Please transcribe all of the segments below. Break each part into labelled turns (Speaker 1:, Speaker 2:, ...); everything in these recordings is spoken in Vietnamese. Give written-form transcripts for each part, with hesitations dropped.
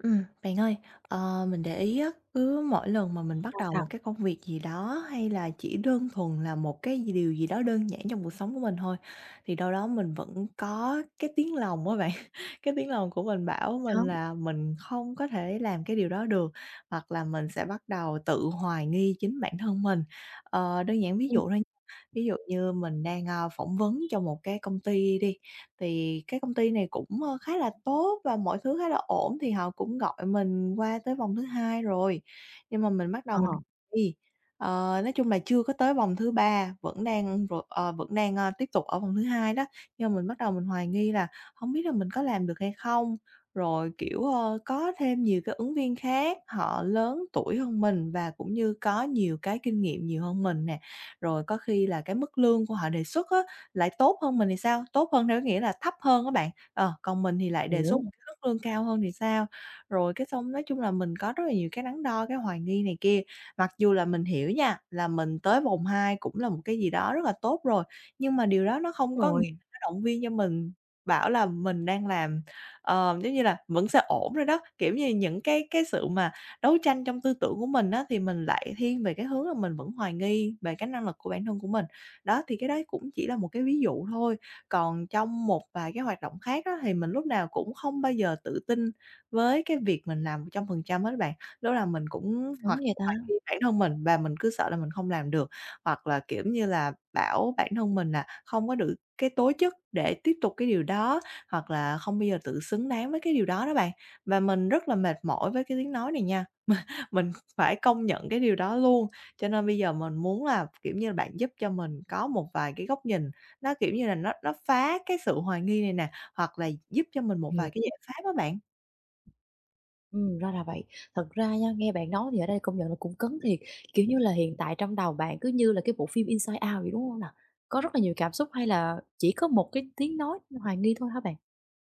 Speaker 1: Ừm, bạn ơi, mình để ý á, cứ mỗi lần mà mình bắt
Speaker 2: Sao,
Speaker 1: đầu một
Speaker 2: sao?
Speaker 1: cái công việc gì đó hay là chỉ đơn thuần là điều gì đó đơn giản trong cuộc sống của mình thôi, thì đâu đó mình vẫn có cái tiếng lòng á bạn. Cái tiếng lòng của mình bảo
Speaker 2: Thế hả?
Speaker 1: mình là mình không có thể làm cái điều đó được, hoặc là mình sẽ bắt đầu tự hoài nghi chính bản thân mình. Đơn giản ví
Speaker 2: Ừm,
Speaker 1: dụ thôi nha, ví dụ như mình đang, phỏng vấn cho một cái công ty đi, thì cái công ty này cũng, khá là tốt và mọi thứ khá là ổn, thì họ cũng gọi mình qua tới vòng thứ hai rồi, nhưng mà mình bắt đầu
Speaker 2: ờ,
Speaker 1: mình đi. Nói chung là chưa có tới vòng thứ ba, vẫn đang, tiếp tục ở vòng thứ hai đó, nhưng mà mình bắt đầu mình hoài nghi là không biết là mình có làm được hay không? Rồi, kiểu, có thêm nhiều cái ứng viên khác, họ lớn tuổi hơn mình và cũng như có nhiều cái kinh nghiệm nhiều hơn mình nè, rồi có khi là cái mức lương của họ đề xuất á lại tốt hơn mình thì sao? Tốt hơn theo cái nghĩa là thấp hơn á bạn, còn mình thì lại đề xuất
Speaker 2: hiểu,
Speaker 1: một cái mức lương cao hơn thì sao? Rồi cái xong nói chung là mình có rất là nhiều cái đắn đo, cái hoài nghi này kia. Mặc dù là mình hiểu nha, là mình tới vòng 2 cũng là một cái gì đó rất là tốt rồi, nhưng mà điều đó nó
Speaker 2: đúng
Speaker 1: không có nghĩa
Speaker 2: rồi,
Speaker 1: là nó động viên cho mình, bảo là mình đang làm, giống như là, vẫn sẽ ổn rồi đó. Kiểu như, những cái sự mà đấu tranh trong tư tưởng của mình á, thì mình lại thiên về cái hướng là mình vẫn hoài nghi về cái năng lực của bản thân của mình. Đó, thì cái đấy cũng chỉ là một cái ví dụ thôi, còn trong một vài cái hoạt động khác á, thì mình lúc nào cũng không bao giờ tự tin với cái việc mình làm 100% hết bạn. Lúc nào mình cũng
Speaker 2: cấn
Speaker 1: hoặc
Speaker 2: vậy ta?
Speaker 1: hoài nghi bản thân mình và mình cứ sợ là mình không làm được, hoặc là, kiểu như là, bảo bản thân mình là không có được cái tố chất để tiếp tục cái điều đó, hoặc là không bao giờ tự xứng đáng với cái điều đó đó bạn. Và mình rất là mệt mỏi với cái tiếng nói này nha. Mình phải công nhận cái điều đó luôn. Cho nên bây giờ mình muốn là, kiểu như là, bạn giúp cho mình có một vài cái góc nhìn nó, kiểu như là, nó phá cái sự hoài nghi này nè, hoặc là giúp cho mình một
Speaker 2: Hiểu,
Speaker 1: vài cái giải pháp đó bạn.
Speaker 2: ra là vậy. Thật ra nha, nghe bạn nói thì ở đây công nhận là cũng cấn thiệt, kiểu như là, hiện tại trong đầu bạn cứ như là cái bộ phim Inside Out vậy, đúng hông nè? Có rất là nhiều cảm xúc hay là chỉ có một cái tiếng nói hoài nghi thôi hả bạn?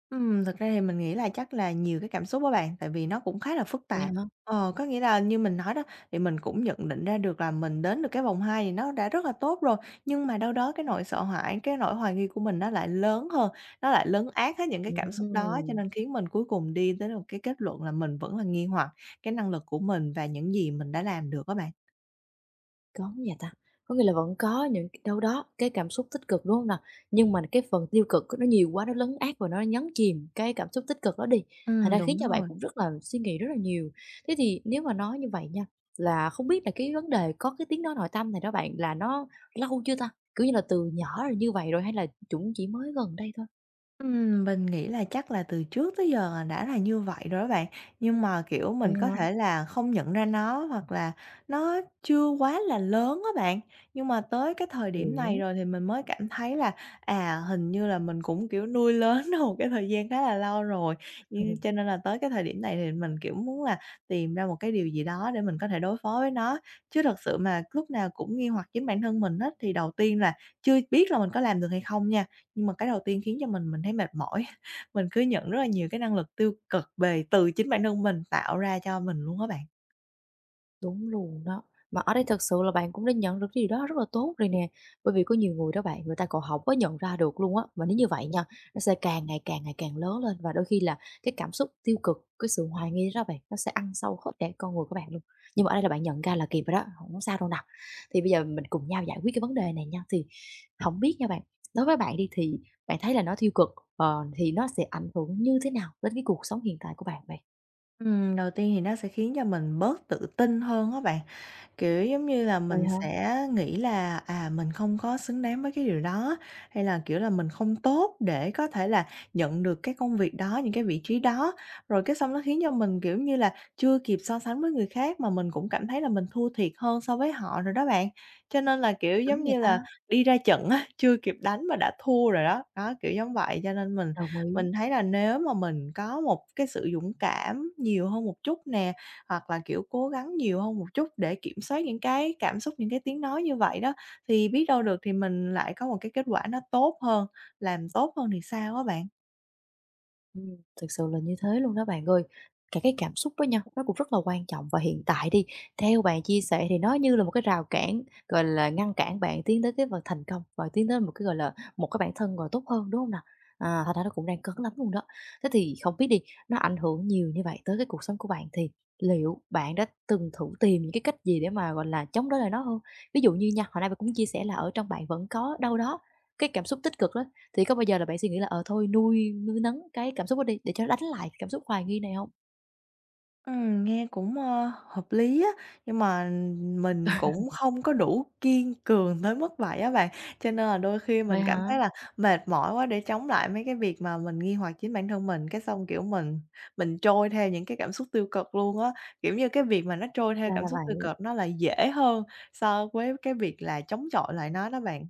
Speaker 1: Thực ra thì mình nghĩ là chắc là nhiều cái cảm xúc á bạn, tại vì nó cũng khá là phức
Speaker 2: Vậy
Speaker 1: tạp.
Speaker 2: hả?
Speaker 1: Có nghĩa là như mình nói đó, thì mình cũng nhận định ra được là mình đến được cái vòng 2 thì nó đã rất là tốt rồi, nhưng mà đâu đó cái nỗi sợ hãi, cái nỗi hoài nghi của mình nó lại lớn hơn, nó lại lấn át hết những cái cảm xúc đó, cho
Speaker 2: Ừm.
Speaker 1: nên khiến mình cuối cùng đi tới một cái kết luận là mình vẫn là nghi hoặc cái năng lực của mình và những gì mình đã làm được các bạn.
Speaker 2: Có hông vậy ta? Có nghĩa là vẫn có những đâu đó cái cảm xúc tích cực, đúng không nào? Nhưng mà cái phần tiêu cực nó nhiều quá, nó lấn át và nó nhấn chìm cái cảm xúc tích cực đó đi, thành ra khiến
Speaker 1: Đúng
Speaker 2: cho bạn
Speaker 1: rồi.
Speaker 2: cũng rất là suy nghĩ rất là nhiều. Thế thì nếu mà nói như vậy nha, là không biết là cái vấn đề có cái tiếng nói nội tâm này đó bạn là nó lâu chưa ta? Kiểu như là từ nhỏ là như vậy rồi hay là chúng chỉ mới gần đây thôi?
Speaker 1: Mình nghĩ là chắc là từ trước tới giờ là đã là như vậy rồi đó bạn, nhưng mà, kiểu, mình
Speaker 2: Vậy
Speaker 1: có
Speaker 2: hả?
Speaker 1: thể là không nhận ra nó hoặc là nó chưa quá là lớn á bạn. Nhưng mà tới cái thời điểm này rồi thì mình mới cảm thấy là, à, hình như là mình cũng, kiểu, nuôi lớn nó một cái thời gian khá là lâu rồi, nhưng
Speaker 2: Hiểu.
Speaker 1: cho nên là tới cái thời điểm này thì mình, kiểu, muốn là tìm ra một cái điều gì đó để mình có thể đối phó với nó. Chứ thật sự mà lúc nào cũng nghi hoặc chính bản thân mình á, thì đầu tiên là chưa biết là mình có làm được hay không nha. Nhưng mà cái đầu tiên khiến cho mình thấy mệt mỏi, mình cứ nhận rất là nhiều cái năng lực tiêu cực về từ chính bản thân mình tạo ra cho mình luôn á bạn.
Speaker 2: Đúng luôn đó. Mà ở đây thật sự là bạn cũng đã nhận được cái điều đó rất là tốt rồi nè. Bởi vì có nhiều người đó bạn, người ta còn hổng có nhận ra được luôn á. Mà nếu như vậy nha, nó sẽ càng ngày càng ngày càng lớn lên và đôi khi là cái cảm xúc tiêu cực, cái sự hoài nghi đó bạn, nó sẽ ăn sâu hết cả con người của bạn luôn. Nhưng mà ở đây là bạn nhận ra là kịp rồi đó, không có sao đâu nào. Thì bây giờ mình cùng nhau giải quyết cái vấn đề này nha. Thì không biết nha bạn, đối với bạn đi thì bạn thấy là nó tiêu cực, ờ, thì nó sẽ ảnh hưởng như thế nào đến cái cuộc sống hiện tại của bạn vậy?
Speaker 1: Đầu tiên thì nó sẽ khiến cho mình bớt tự tin hơn á bạn. Kiểu, giống như là,
Speaker 2: Vậy
Speaker 1: mình
Speaker 2: hả?
Speaker 1: sẽ nghĩ là, à, mình không có xứng đáng với cái điều đó, hay là, kiểu là, mình không tốt để có thể là nhận được cái công việc đó, những cái vị trí đó. Rồi cái xong nó khiến cho mình, kiểu như là, chưa kịp so sánh với người khác mà mình cũng cảm thấy là mình thua thiệt hơn so với họ rồi đó bạn. Cho nên là, kiểu,
Speaker 2: Đúng
Speaker 1: giống
Speaker 2: vậy
Speaker 1: như là,
Speaker 2: ta,
Speaker 1: đi ra trận á, chưa kịp đánh mà đã thua rồi đó. Đó, kiểu giống vậy, cho nên mình
Speaker 2: đồng ý.
Speaker 1: mình thấy là nếu mà mình có một cái sự dũng cảm nhiều hơn một chút nè hoặc là, kiểu, cố gắng nhiều hơn một chút để kiểm soát những cái cảm xúc, những cái tiếng nói như vậy đó, thì biết đâu được thì mình lại có một cái kết quả nó tốt hơn, làm tốt hơn thì sao á bạn?
Speaker 2: Thực sự là như thế luôn đó bạn ơi. Cả cái cảm xúc đó nha, nó cũng rất là quan trọng và hiện tại đi, theo bạn chia sẻ thì nó như là một cái rào cản, gọi là, ngăn cản bạn tiến tới cái phần thành công và tiến tới một cái, gọi là, một cái bản thân, tốt hơn, đúng không nào? À, thành ra nó cũng đang cấn lắm luôn đó. Thế thì không biết đi, nó ảnh hưởng nhiều như vậy tới cái cuộc sống của bạn thì liệu bạn đã từng thử tìm những cái cách gì để mà, gọi là, chống đối lại nó không? Ví dụ như nha, hồi nãy bạn cũng chia sẻ là ở trong bạn vẫn có đâu đó cái cảm xúc tích cực đó, thì có bao giờ là bạn suy nghĩ là, ờ, thôi nuôi nuôi nấng cái cảm xúc đó đi để cho nó đánh lại cảm xúc hoài nghi này không?
Speaker 1: Nghe cũng, hợp lý á, nhưng mà mình cũng không có đủ kiên cường tới mức vậy á bạn, cho nên là đôi khi
Speaker 2: Vậy
Speaker 1: mình cảm
Speaker 2: hả?
Speaker 1: thấy là mệt mỏi quá để chống lại mấy cái việc mà mình nghi hoặc chính bản thân mình, cái xong, kiểu, mình trôi theo những cái cảm xúc tiêu cực luôn á. Kiểu như, cái việc mà nó trôi theo
Speaker 2: Ra
Speaker 1: cảm
Speaker 2: là
Speaker 1: xúc tiêu
Speaker 2: vậy,
Speaker 1: cực nó lại dễ hơn so với cái việc là chống chọi lại nó đó bạn.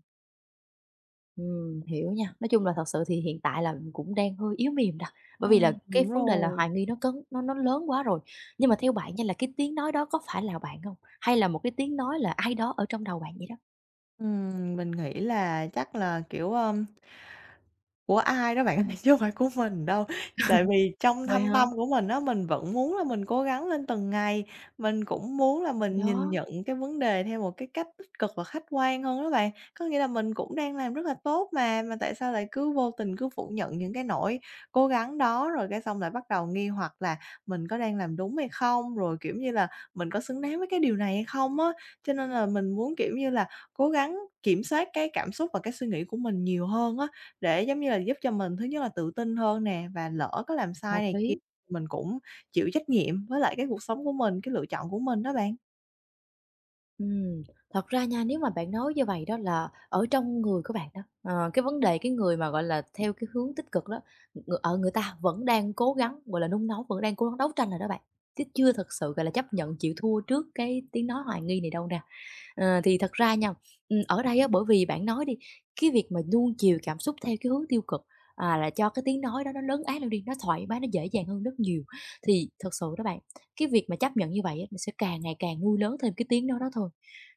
Speaker 2: hiểu nha. Nói chung là thật sự thì hiện tại là mình cũng đang hơi yếu mềm nè, bởi vì là
Speaker 1: Đúng
Speaker 2: cái vấn đề là
Speaker 1: rồi.
Speaker 2: hoài nghi nó cấn, nó lớn quá rồi. Nhưng mà theo bạn nha, là cái tiếng nói đó có phải là bạn không? Hay là một cái tiếng nói là ai đó ở trong đầu bạn vậy đó?
Speaker 1: Mình nghĩ là chắc là, kiểu, của ai đó bạn ơi, chứ không phải của mình đâu. Tại vì trong
Speaker 2: Vậy
Speaker 1: thâm
Speaker 2: hả?
Speaker 1: tâm của mình á, mình vẫn muốn là mình cố gắng lên từng ngày, mình cũng muốn là
Speaker 2: Thì
Speaker 1: mình nhìn
Speaker 2: đó,
Speaker 1: nhận cái vấn đề theo một cái cách tích cực và khách quan hơn đó bạn. Có nghĩa là mình cũng đang làm rất là tốt mà tại sao lại cứ vô tình cứ phủ nhận những cái nỗi cố gắng đó, rồi cái xong lại bắt đầu nghi hoặc là mình có đang làm đúng hay không, rồi, kiểu như là, mình có xứng đáng với cái điều này hay không á. Cho nên là mình muốn, kiểu như là, cố gắng kiểm soát cái cảm xúc và cái suy nghĩ của mình nhiều hơn á, để, giống như là, giúp cho mình thứ nhất là tự tin hơn nè, và lỡ có làm sai
Speaker 2: hợp
Speaker 1: này kia
Speaker 2: lý.
Speaker 1: mình cũng chịu trách nhiệm với lại cái cuộc sống của mình, cái lựa chọn của mình đó bạn.
Speaker 2: Ừm, thật ra nha, nếu mà bạn nói như vậy đó là ở trong người của bạn đó, ờ, cái vấn đề cái người mà, gọi là, theo cái hướng tích cực đó, người ta vẫn đang cố gắng, gọi là, nung nấu, vẫn đang cố gắng đấu tranh rồi đó bạn, chứ chưa thực sự, gọi là, chấp nhận chịu thua trước cái tiếng nói hoài nghi này đâu nè. Ờ, thì thật ra nha, ở đây á, bởi vì bạn nói đi, cái việc mà nuông chiều cảm xúc theo cái hướng tiêu cực, à, là cho cái tiếng nói đó nó lớn át lên đi, nó thoải mái, nó dễ dàng hơn rất nhiều. Thì thật sự đó bạn, cái việc mà chấp nhận như vậy á, nó sẽ càng ngày càng nuôi lớn thêm cái tiếng nói đó thôi.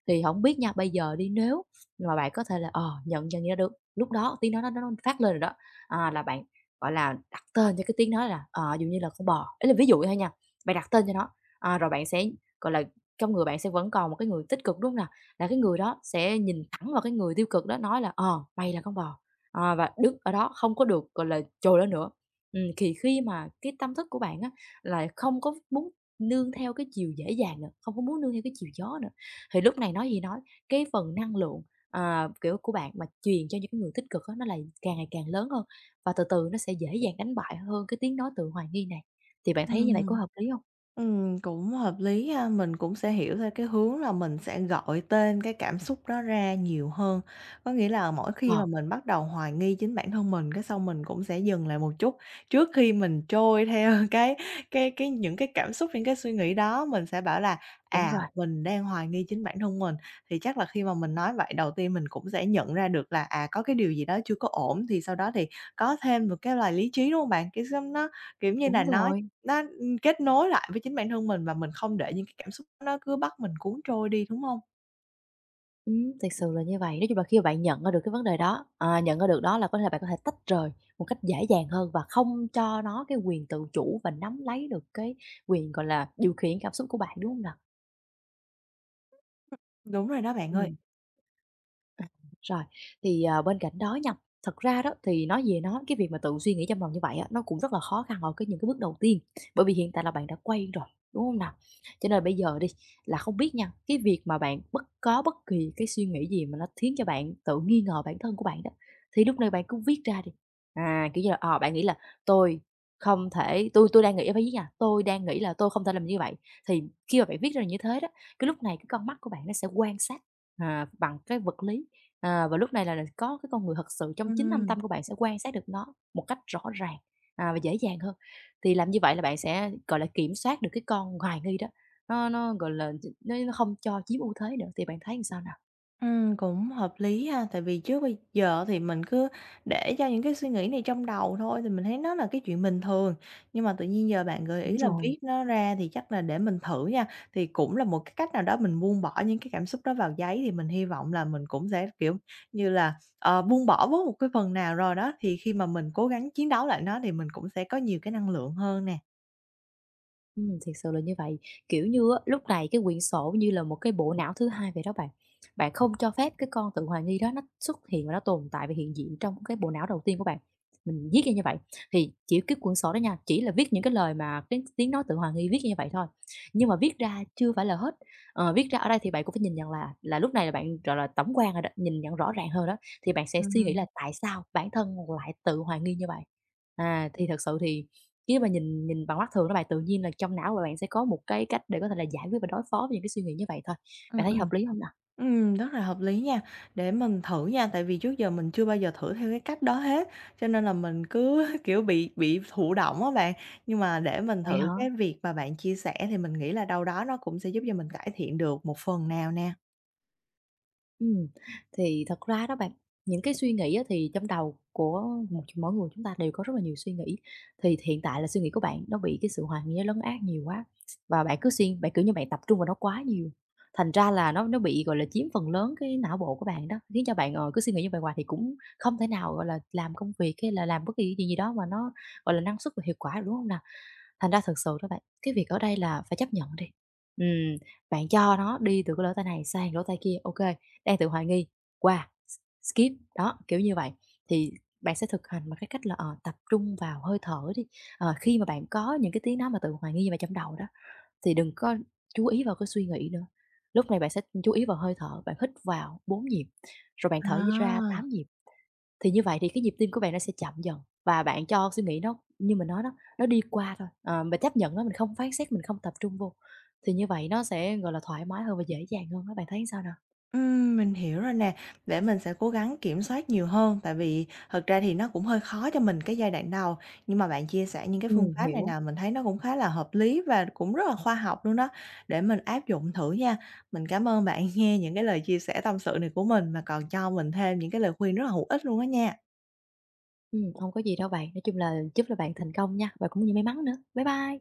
Speaker 2: Thì không biết nha, bây giờ đi nếu mà bạn có thể là, ờ, nhận nhận ra được, lúc đó tiếng nói nó phát lên rồi đó, à, là bạn, gọi là, đặt tên cho cái tiếng nói là, ờ, dụ như là con bò, ấy là ví dụ thôi nha, bạn đặt tên cho nó, à, rồi bạn sẽ, gọi là, trong người bạn sẽ vẫn còn một cái người tích cực, đúng không nào, là cái người đó sẽ nhìn thẳng vào cái người tiêu cực đó nói là "Ờ, mày là con bò." Ờ, và đứng ở đó không có được, gọi là, trồi lên nữa. Thì khi mà cái tâm thức của bạn á là không có muốn nương theo cái chiều dễ dàng nữa, không có muốn nương theo cái chiều gió nữa, thì lúc này nói gì nói, cái phần năng lượng, à, kiểu, của bạn mà truyền cho những cái người tích cực á, nó lại càng ngày càng lớn hơn, và từ từ nó sẽ dễ dàng đánh bại hơn cái tiếng nói tự hoài nghi này. Thì bạn thấy như vậy
Speaker 1: Ừm.
Speaker 2: có hợp lý không?
Speaker 1: Cũng hợp lý ha, mình cũng sẽ hiểu theo cái hướng là mình sẽ gọi tên cái cảm xúc đó ra nhiều hơn. Có nghĩa là mỗi khi mà
Speaker 2: Ờ,
Speaker 1: mình bắt đầu hoài nghi chính bản thân mình, cái xong mình cũng sẽ dừng lại một chút, trước khi mình trôi theo cái những cái cảm xúc, những cái suy nghĩ đó, mình sẽ bảo là,
Speaker 2: đúng
Speaker 1: à,
Speaker 2: rồi,
Speaker 1: mình đang hoài nghi chính bản thân mình. Thì chắc là khi mà mình nói vậy đầu tiên mình cũng sẽ nhận ra được là, à, có cái điều gì đó chưa có ổn, thì sau đó thì có thêm một cái lời lý trí, đúng hông bạn? Cái xong nó, kiểu như là,
Speaker 2: đúng
Speaker 1: nó
Speaker 2: rồi.
Speaker 1: nó, kết nối lại với chính bản thân mình và mình không để những cái cảm xúc nó cứ bắt mình cuốn trôi đi, đúng hông?
Speaker 2: Thực sự là như vậy. Nói chung là khi mà bạn nhận ra được cái vấn đề đó, à, nhận ra được đó là có thể bạn có thể tách rời một cách dễ dàng hơn và không cho nó cái quyền tự chủ và nắm lấy được cái quyền, gọi là, điều khiển cảm xúc của bạn, đúng không nào?
Speaker 1: Đúng rồi đó bạn ơi.
Speaker 2: Ừm. À, rồi, thì, ờ, bên cạnh đó nha, thật ra đó thì cái việc mà tự suy nghĩ trong lòng như vậy á, nó cũng rất là khó khăn ở cái những cái bước đầu tiên, bởi vì hiện tại là bạn đã quay rồi, đúng không nào? Cho nên bây giờ đi, là không biết nha, cái việc mà bạn có bất kỳ cái suy nghĩ gì mà nó khiến cho bạn tự nghi ngờ bản thân của bạn đó, thì lúc này bạn cứ viết ra đi. À, kiểu như là, ờ, bạn nghĩ là "Tôi không thể tôi đang nghĩ", phải viết nha, "Tôi đang nghĩ là tôi không thể làm như vậy." Thì khi mà bạn viết ra như thế đó, cái lúc này cái con mắt của bạn nó sẽ quan sát, à, bằng cái vật lý. À, và lúc này là có cái con người thật sự trong chính thâm
Speaker 1: Ừm.
Speaker 2: tâm của bạn sẽ quan sát được nó một cách rõ ràng, à, và dễ dàng hơn. Thì làm như vậy là bạn sẽ, gọi là, kiểm soát được cái con hoài nghi đó, nó, gọi là, nó không cho chiếm ưu thế nữa, thì bạn thấy làm sao nào?
Speaker 1: Cũng hợp lý ha, tại vì trước bây giờ thì mình cứ để cho những cái suy nghĩ này trong đầu thôi thì mình thấy nó là cái chuyện bình thường. Nhưng mà tự nhiên giờ bạn gợi
Speaker 2: Đúng
Speaker 1: ý là
Speaker 2: rồi.
Speaker 1: viết nó ra thì chắc là để mình thử nha. Thì cũng là một cái cách nào đó mình buông bỏ những cái cảm xúc đó vào giấy thì mình hy vọng là mình cũng sẽ, kiểu như là, buông bỏ bớt một cái phần nào rồi đó, thì khi mà mình cố gắng chiến đấu lại nó thì mình cũng sẽ có nhiều cái năng lượng hơn nè.
Speaker 2: Thiệt sự là như vậy. Kiểu như á, lúc này cái quyển sổ như là một cái bộ não thứ hai vậy đó bạn. Bạn không cho phép cái con tự hoài nghi đó nó xuất hiện và nó tồn tại và hiện diện trong cái bộ não đầu tiên của bạn. Mình viết ra như vậy, thì chỉ cái quyển sổ đó nha, chỉ là viết những cái lời mà tiếng tiếng nói tự hoài nghi viết như vậy thôi. Nhưng mà viết ra chưa phải là hết, ờ, viết ra ở đây thì bạn cũng phải nhìn nhận là lúc này là bạn, gọi là, tổng quan rồi đó, nhìn nhận rõ ràng hơn đó, thì bạn sẽ suy nghĩ là
Speaker 1: Ừm.
Speaker 2: tại sao bản thân lại tự hoài nghi như vậy. À, thì thật sự thì nếu mà nhìn nhìn bằng mắt thường đó bạn, tự nhiên là trong não của bạn sẽ có một cái cách để có thể là giải quyết và đối phó với những cái suy nghĩ như vậy thôi.
Speaker 1: Ừm,
Speaker 2: Bạn thấy
Speaker 1: ừm.
Speaker 2: hợp lý không nào?
Speaker 1: Rất là hợp lý nha, để mình thử nha, tại vì trước giờ mình chưa bao giờ thử theo cái cách đó hết, cho nên là mình cứ, kiểu, bị thụ động á bạn. Nhưng mà để mình
Speaker 2: Vậy hả?
Speaker 1: thử cái việc mà bạn chia sẻ thì mình nghĩ là đâu đó nó cũng sẽ giúp cho mình cải thiện được một phần nào nè.
Speaker 2: Ừm, thì thật ra đó bạn, những cái suy nghĩ á thì trong đầu của một mỗi người chúng ta đều có rất là nhiều suy nghĩ, thì hiện tại là suy nghĩ của bạn nó bị cái sự hoài nghi nó lấn át nhiều quá, và bạn cứ xuyên bạn, kiểu như, bạn tập trung vào nó quá nhiều, thành ra là nó bị, gọi là, chiếm phần lớn cái não bộ của bạn đó, khiến cho bạn, ờ, cứ suy nghĩ như vậy hoài thì cũng không thể nào, gọi là, làm công việc hay là làm bất kỳ cái chuyện gì đó mà nó, gọi là, năng suất và hiệu quả được, đúng không nào? Thành ra thực sự đó bạn, cái việc ở đây là phải chấp nhận đi. Ừm, bạn cho nó đi từ cái lỗ tai này sang lỗ tai kia, ok, đang tự hoài nghi, qua, skip, đó, kiểu như vậy. Thì bạn sẽ thực hành bằng cái cách là, ờ, tập trung vào hơi thở đi. Ờ, khi mà bạn có những cái tiếng nói mà tự hoài nghi như vậy trong đầu đó, thì đừng có chú ý vào cái suy nghĩ nữa. Lúc này bạn sẽ chú ý vào hơi thở, bạn hít vào 4 nhịp, rồi bạn thở ra 8
Speaker 1: À.
Speaker 2: nhịp. Thì như vậy thì cái nhịp tim của bạn nó sẽ chậm dần và bạn cho suy nghĩ nó như mình nói đó, nó đi qua thôi, ờ, mình chấp nhận nó, mình không phán xét, mình không tập trung vô. Thì như vậy nó sẽ, gọi là, thoải mái hơn và dễ dàng hơn á, bạn thấy sao nào?
Speaker 1: Mình hiểu rồi nè, để mình sẽ cố gắng kiểm soát nhiều hơn, tại vì thật ra thì nó cũng hơi khó cho mình cái giai đoạn đầu, nhưng mà bạn chia sẻ những cái phương pháp này
Speaker 2: Hiểu.
Speaker 1: nào mình thấy nó cũng khá là hợp lý và cũng rất là khoa học luôn đó, để mình áp dụng thử nha. Mình cảm ơn bạn nghe những cái lời chia sẻ tâm sự này của mình mà còn cho mình thêm những cái lời khuyên rất là hữu ích luôn đó nha.
Speaker 2: Hông có gì đâu bạn, nói chung là chúc là bạn thành công nha và cũng như may mắn nữa. Bye bye.